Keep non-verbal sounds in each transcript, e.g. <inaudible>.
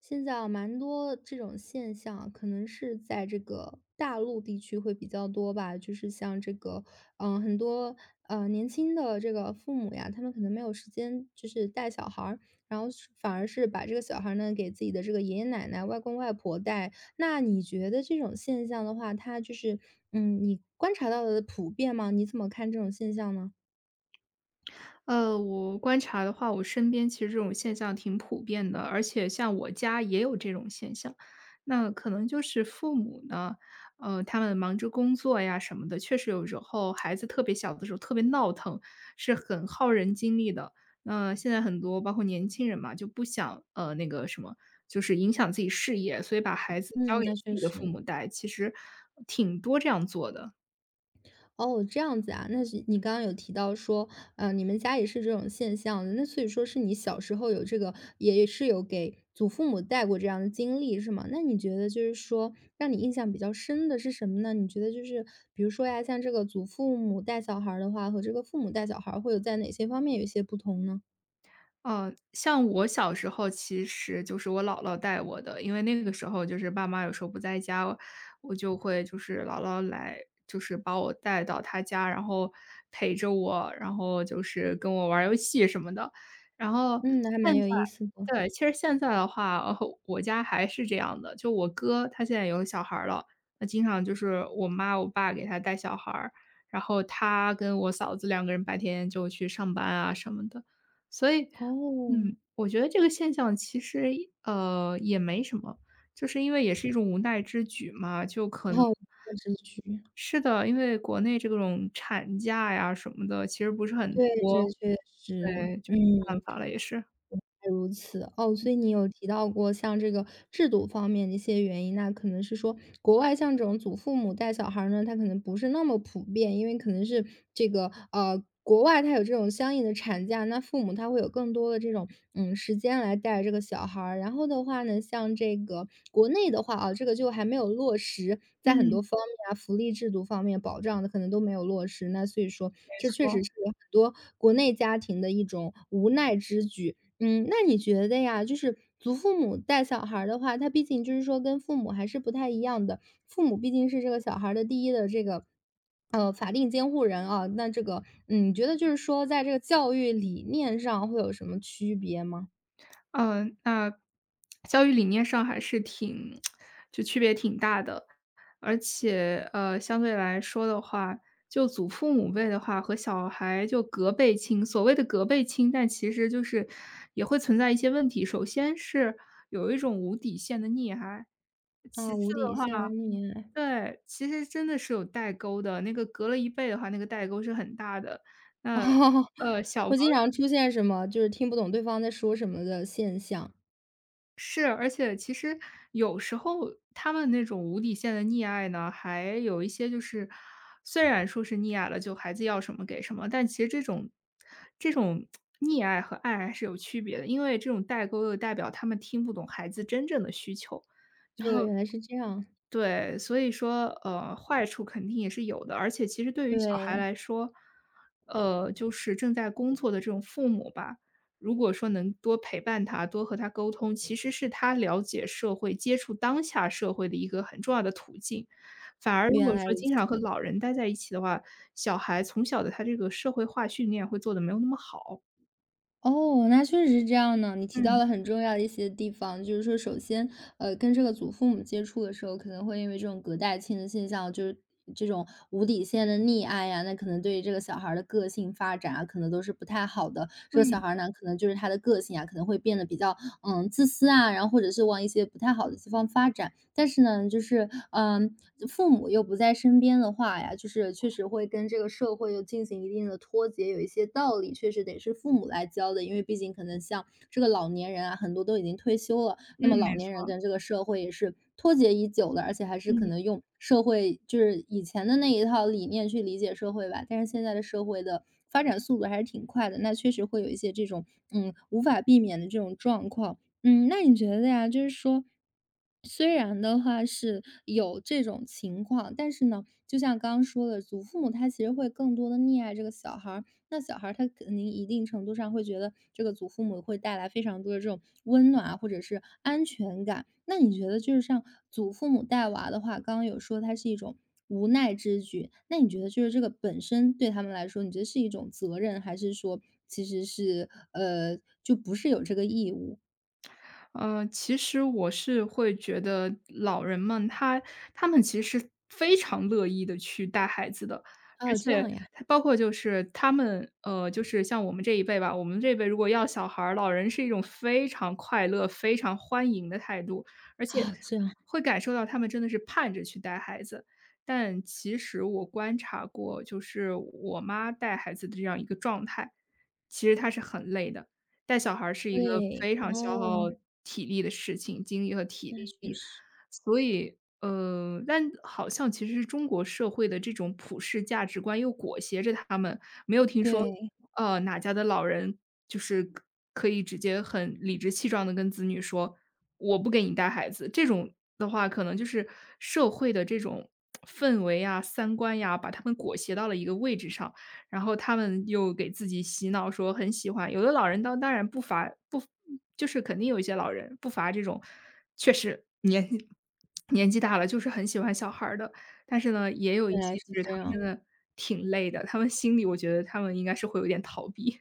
现在啊，蛮多这种现象啊，可能是在这个大陆地区会比较多吧。就是像这个，嗯、很多年轻的这个父母呀，他们可能没有时间，就是带小孩儿，然后是反而是把这个小孩儿呢给自己的这个爷爷奶奶、外公外婆带。那你觉得这种现象的话，它就是你观察到的普遍吗？你怎么看这种现象呢？我观察的话，我身边其实这种现象挺普遍的，而且像我家也有这种现象。那可能就是父母呢，他们忙着工作呀什么的，确实有时候孩子特别小的时候特别闹腾，是很耗人精力的。那现在很多包括年轻人嘛，就不想那个什么，就是影响自己事业，所以把孩子交嗯，给那自确己的父实。母带，其实挺多这样做的。哦，这样子啊。那是你刚刚有提到说，你们家也是这种现象的，那所以说是你小时候有这个，也是有给祖父母带过这样的经历，是吗？那你觉得就是说，让你印象比较深的是什么呢？你觉得就是比如说呀，像这个祖父母带小孩儿的话，和这个父母带小孩儿会有在哪些方面有一些不同呢？嗯，像我小时候其实就是我姥姥带我的，因为那个时候就是爸妈有时候不在家，我就会就是姥姥来，就是把我带到她家，然后陪着我，然后就是跟我玩儿游戏什么的。然后嗯，那还现蛮在有意思的。对，其实现在的话，我家还是这样的，就我哥他现在有小孩儿了，那经常就是我妈我爸给他带小孩儿，然后他跟我嫂子两个人白天就去上班啊什么的。所以嗯，哦。我觉得这个现象其实，也没什么，就是因为也是一种无奈之举嘛，就可能哦，嗯电视剧 <laughs>，是的，因为国内这种产假呀什么的，其实不是很对，多，这确实，对，就没嗯。办法了也是。如此。哦，所以你有提到过像这个制度方面的一些原因，那可能是说国外像这种祖父母带小孩儿呢，他可能不是那么普遍，因为可能是这个国外它有这种相应的产假，那父母他会有更多的这种时间来带这个小孩儿。然后的话呢，像这个国内的话啊，这个就还没有落实，在很多嗯，方面啊，福利制度方面保障的可能都没有落实。那所以说，没这确实错。是很多国内家庭的一种无奈之举。嗯，那你觉得呀，就是祖父母带小孩儿的话，他毕竟就是说跟父母还是不太一样的。父母毕竟是这个小孩儿的第一的这个，法定监护人啊。那这个，嗯，你觉得就是说在这个教育理念上会有什么区别吗？嗯，那教育理念上还是挺 <smacks lips> 就区别挺大的。而且，相对来说的话，就祖父母辈的话和小孩就隔辈亲，所谓的隔辈亲，但其实就是也会存在一些问题。首先是有一种无底线的溺爱，其啊，次无底的话线溺爱。对，其实真的是有代沟的，那个隔了一辈的话，那个代沟是很大的。<laughs> 那，啊，呃，小朋会经常出现什么就是听不懂对方在说什么的现象。是，而且其实有时候他们那种无底线的溺爱呢，还有一些就是，虽然说是溺爱了，就孩子要什么给什么，但其实这种溺爱和爱还是有区别的，因为这种代沟又代表他们听不懂孩子真正的需求。啊，原来是这样。对，所以说，坏处肯定也是有的，而且其实对于小孩对，来说，就是正在工作的这种父母吧，如果说能多陪伴他，多和他沟通，其实是他了解社会、接触当下社会的一个很重要的途径。反而如果原来说如经常此。和老人待在一起的话，小孩从小的他这个社会化训练会做得没有那么好。哦，那确实是这样呢。你提到嗯，了很重要的一些地方，就是说，首先，跟这个祖父母接触的时候，可能会因为这种隔代亲的现象，就是这种无底线的溺爱呀、那可能对于这个小孩儿的个性发展啊，可能都是不太好的。这个小嗯，孩儿呢，可能就是他的个性啊，可能会变得比较自私啊，然后或者是往一些不太好的地方发展。但是呢，就是，嗯，父母又不在身边的话呀，就是确实会跟这个社会又进行一定的脱节，有一些道理确实得是父母来教的，因为毕竟可能像这个老年人啊，很多都已经退休了，嗯，那么老没年人错，跟这个社会也是脱节已久的，而且还是可嗯。能用社会就是以前的那一套理念去理解社会吧，但是现在的社会的发展速度还是挺快的，那确实会有一些这种，嗯，无法避免的这种状况。嗯，那你觉得呀，就是说，虽然的话是有这种情况，但是呢，就像刚刚说的，祖父母他其实会更多的溺爱这个小孩儿，那小孩儿他肯定一定程度上会觉得这个祖父母会带来非常多的这种温暖啊，或者是安全感。那你觉得就是像祖父母带娃的话，刚刚有说它是一种无奈之举，那你觉得就是这个本身对他们来说，你觉得是一种责任，还是说其实是就不是有这个义务？其实我是会觉得老人们他们其实非常乐意的去带孩子的，而哦，这且样呀。他包括就是他们，就是像我们这一辈吧，我们这一辈如果要小孩儿，老人是一种非常快乐、非常欢迎的态度，而且哦，这样。会感受到他们真的是盼着去带孩子。但其实我观察过，就是我妈带孩子的这样一个状态，其实她是很累的。带小孩儿是一个对，非常消耗哦，体力的事情，精力和体那确力。实。所以，但好像其实中国社会的这种普世价值观又裹挟着他们，没有听说，对，哪家的老人就是可以直接很理直气壮的跟子女说："我不给你带孩子。"这种的话，可能就是社会的这种氛围呀、三观呀，把他们裹挟到了一个位置上。然后他们又给自己洗脑说很喜欢。有的老人当然不乏不就是肯定有一些老人不乏这种，确实年纪大了就是很喜欢小孩儿的，但是呢，也有一原来些是其实他这们真样。的挺累的，他们心里我觉得他们应该是会有点逃避。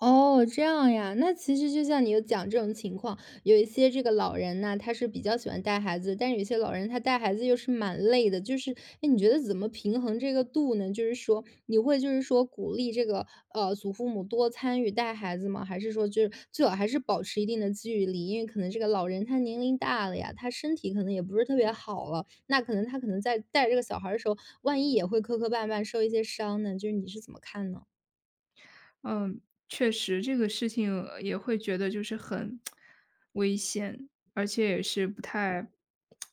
哦，这样呀。那其实就像你有讲这种情况，有一些这个老人呢，他是比较喜欢带孩子，但是有一些老人他带孩子又是蛮累的。就是，哎，你觉得怎么平衡这个度呢？就是说，你会就是说鼓励这个祖父母多参与带孩子吗？还是说就是最好还是保持一定的距离？因为可能这个老人他年龄大了呀，他身体可能也不是特别好了，那可能他可能在带这个小孩儿的时候，万一也会磕磕绊绊，受一些伤呢？就是你是怎么看呢？嗯，确实这个事情也会觉得就是很危险，而且也是不太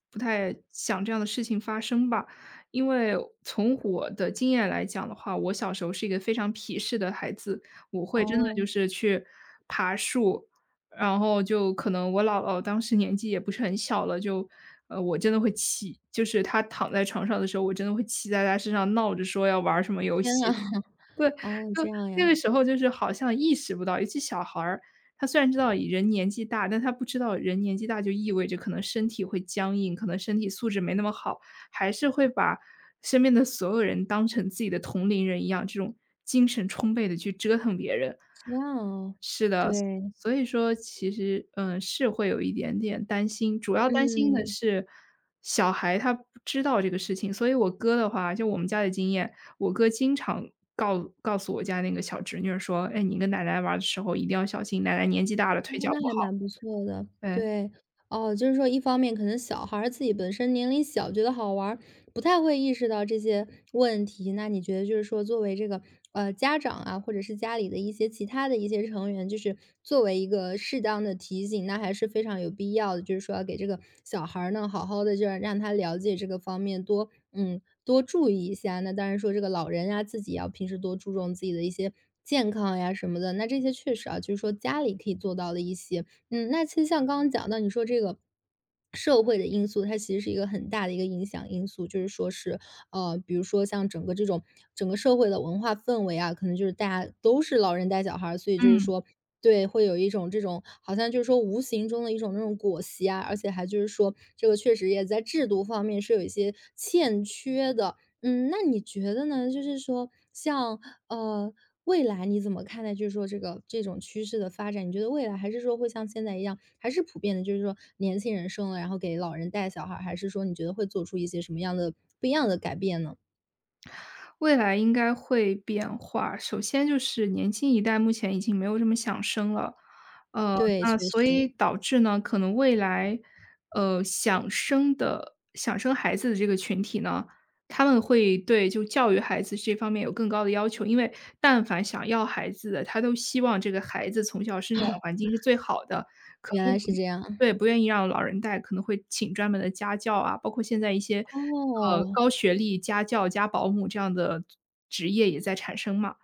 不太想这样的事情发生吧。因为从我的经验来讲的话，我小时候是一个非常皮实的孩子，我会真的哦，就是去爬树，然后就可能我姥姥当时年纪也不是很小了，就我真的会骑，就是她躺在床上的时候，我真的会骑在她身上闹着说要玩儿什么游天戏，啊。<laughs> 对，哦，这就样那呀。个时候就是好像意识不到，尤其小孩儿，他虽然知道人年纪大，但他不知道人年纪大就意味着可能身体会僵硬，可能身体素质没那么好，还是会把身边的所有人当成自己的同龄人一样，这种精神充沛的去折腾别人。这样哦。是的，对，所以说其实，嗯，是会有一点点担心，主要担心的嗯，是小孩他不知道这个事情。所以我哥的话，就我们家的经验，我哥经常告诉我家那个小侄女儿说："哎，你跟奶奶玩的时候一定要小心，奶奶年纪大了，哦，腿脚那不好。"还蛮不错的。嗯对，哦，就是说一方面可能小孩儿自己本身年龄小，觉得好玩儿，不太会意识到这些问题。那你觉得就是说，作为这个家长啊，或者是家里的一些其他的一些成员，就是作为一个适当的提醒，那还是非常有必要的。就是说，要给这个小孩儿呢，好好的就让他了解这个方面，多多注意一下。那当然说，这个老人呀、自己要平时多注重自己的一些健康呀什么的。那这些确实啊，就是说家里可以做到的一些。嗯，那其实像刚刚讲到，你说这个社会的因素，它其实是一个很大的一个影响因素，就是说是比如说像整个这种整个社会的文化氛围啊，可能就是大家都是老人带小孩儿，所以就是嗯。说。对，会有一种这种好像就是说无形中的一种那种裹挟啊，而且还就是说这个确实也在制度方面是有一些欠缺的。嗯，那你觉得呢？就是说像，呃，未来你怎么看待就是说这个这种趋势的发展？你觉得未来还是说会像现在一样，还是普遍的，就是说年轻人生了，然后给老人带小孩儿，还是说你觉得会做出一些什么样的不一样的改变呢？未来应该会变化。首先就是年轻一代目前已经没有这么想生了，对，确那所以实，导致呢，可能未来，想生孩子的这个群体呢，他们会对就教育孩子这方面有更高的要求。因为但凡想要孩子的，他都希望这个孩子从小生长的环境是最好的，可原能来不是这样。对，不愿意让老人带，可能会请专门的家教啊，包括现在一些，哦，高学历家教加保姆这样的职业也在产生嘛。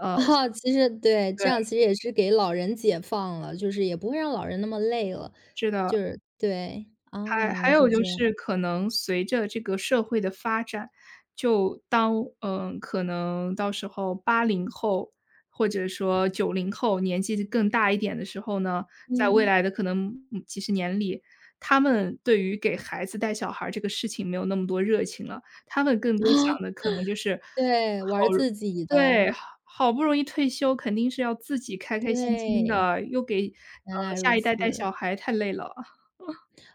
<laughs> 哦，其实对，对，这样其实也是给老人解放了，就是也不会让老人那么累了，是的。就是对。哦，还原还来有是就这样，是可能随着这个社会的发展，就当嗯，可能到时候八零后或者说九零后年纪更大一点的时候呢，在未嗯。来的可能嗯几十年里，他们对于给孩子带小孩儿这个事情没有那么多热情了，他们更多想的 <laughs> 可能就是，对，哦，玩儿自己的。对，好不容易退休，肯定是要自己开开心心对，的，又给，原来如下一此。代带小孩太累了。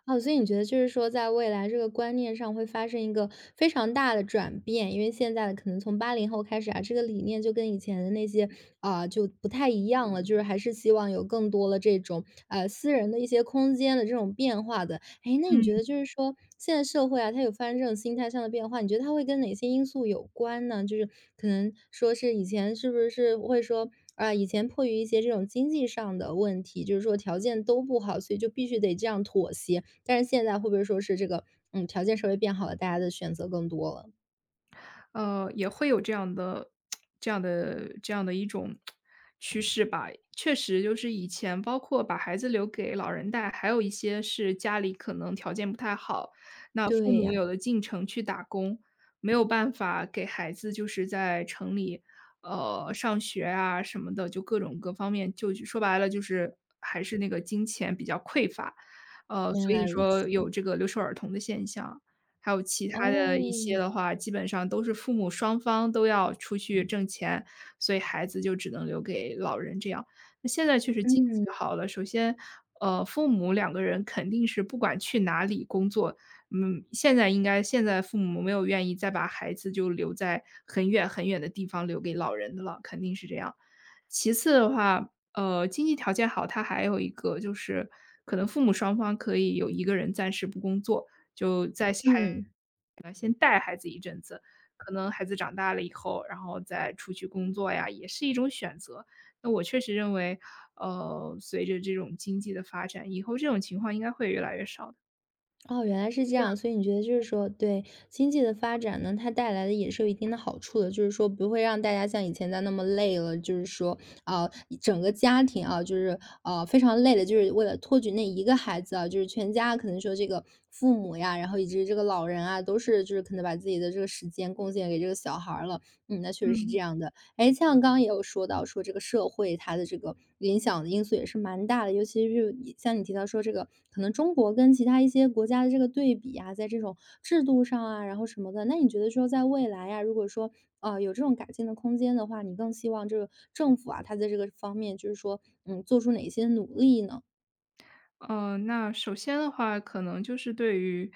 哦，所以你觉得就是说，在未来这个观念上会发生一个非常大的转变，因为现在的可能从八零后开始啊，这个理念就跟以前的那些啊、就不太一样了，就是还是希望有更多的这种私人的一些空间的这种变化的。哎，那你嗯。觉得就是说，现在社会啊，它有发生这种心态上的变化，你觉得它会跟哪些因素有关呢？就是可能说是以前是不是会说啊、以前迫于一些这种经济上的问题，就是说条件都不好，所以就必须得这样妥协。但是现在会不会说是这个，嗯，条件稍微变好了，大家的选择更多了？也会有这样的一种趋势吧。确实就是以前包括把孩子留给老人带，还有一些是家里可能条件不太好，那父对母呀，有的进城去打工，没有办法给孩子就是在城里，上学啊什么的，就各种各方面，就说白了就是还是那个金钱比较匮乏，原所以来如此。说有这个留守儿童的现象。还有其他的一哦，些的话，基本上都是父母双方都要出去挣钱，所以孩子就只能留给老人这样。那现在确实经嗯，济好了，首先，父母两个人肯定是不管去哪里工作，嗯，现在应该现在父母没有愿意再把孩子就留在很远很远的地方留给老人的了，肯定是这样。其次的话，经济条件好，他还有一个就是可能父母双方可以有一个人暂时不工作，就在小孩嗯。可能孩子长大了以后，然后再出去工作呀，也是一种选择。那我确实认为，随着这种经济的发展，以后这种情况应该会越来越少的。哦，原来是这样，所以你觉得就是说，对经济的发展呢，它带来的也是有一定的好处的，就是说不会让大家像以前在那么累了，就是说啊、整个家庭啊，就是非常累的，就是为了托举那一个孩子啊，就是全家可能说这个父母呀，然后以及这个老人啊，都是就是可能把自己的这个时间贡献给这个小孩儿了。嗯，那确实是这嗯。样的。哎，像刚刚也有说到说这个社会它的这个影响的因素也是蛮大的，尤其是你像你提到说这个，可能中国跟其他一些国家的这个对比啊，在这种制度上啊，然后什么的，那你觉得说在未来呀，如果说，有这种改进的空间的话，你更希望这个政府啊，它在这个方面就是说，嗯，做出哪些努力呢？那首先的话，可能就是对于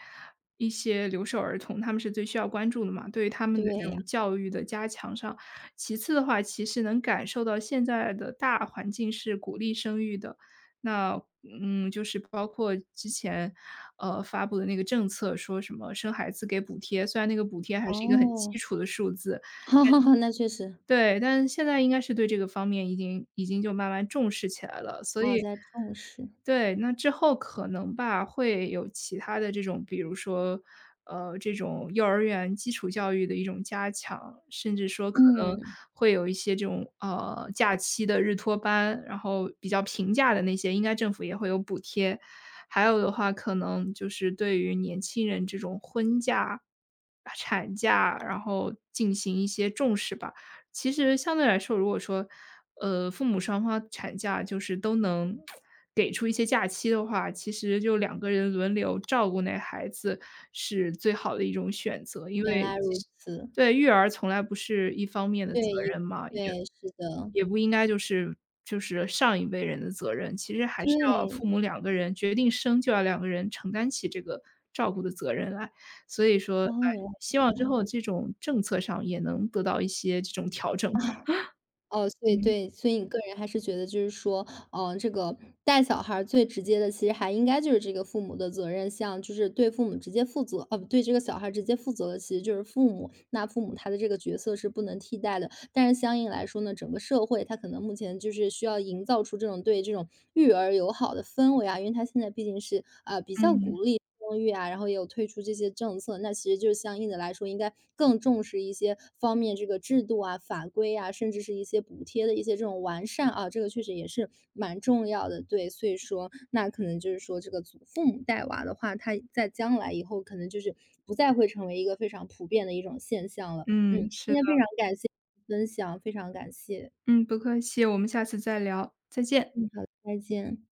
一些留守儿童，他们是最需要关注的嘛，对于他们的这对呀。种教育的加强上。其次的话，其实能感受到现在的大环境是鼓励生育的，那嗯，就是包括之前发布的那个政策，说什么生孩子给补贴，虽然那个补贴还是一个很嗯哦，基础的数字，<laughs> 哈哈哈，那确实。对，但是现在应该是对这个方面已经就慢慢重视起来了，所哦，以。在重视。对，那之后可能吧，会有其他的这种，比如说，这种幼儿园基础教育的一种加强，甚至说可能嗯，会有一些这种，假期的日托班，然后比较平价的那些，应该政府也会有补贴。还有的话，可能就是对于年轻人这种婚假、产假，然后进行一些重视吧。其实相对来说，如果说，父母双方产假就是都能给出一些假期的话，其实就两个人轮流照顾那孩子是最好的一种选择。因原为来其如实此。对，育儿从来不是一方面的责对，一任嘛，也对，是的，也不应该就是上一辈人的责任，其实还是要对。父母两个人决定生就要两个人承担起这个照顾的责任来。所以说，哎，哦，原来是希望这之样。后这种政策上也能得到一些这种调整 <laughs> 嗯。吧。哦，所以嗯，对，所以你个人还是觉得就是说，嗯，这个带小孩儿最直接的，其实还应该就是这个父母的责任，像就是对父母直接负责，哦，不对这个小孩儿直接负责的，其实就是父母，那父母他的这个角色是不能替代的。但是相应来说呢，整个社会它可能目前就是需要营造出这种对这种育儿友好的氛围啊，因为它现在毕竟是比较嗯，鼓励。生育啊，然后也有推出这些政策，那其实就是相应的来说，应该更重视一些方面这个制度啊、法规啊，甚至是一些补贴的一些这种完善啊，这个确实也是蛮重要的。对，所以说那可能就是说，这个祖父母带娃的话，他在将来以后可能就是不再会成为一个非常普遍的一种现象了。嗯，嗯，是今的，天非常感谢你的分享，非常感谢。嗯，不客气，我们下次再聊，再见。嗯，好的再见。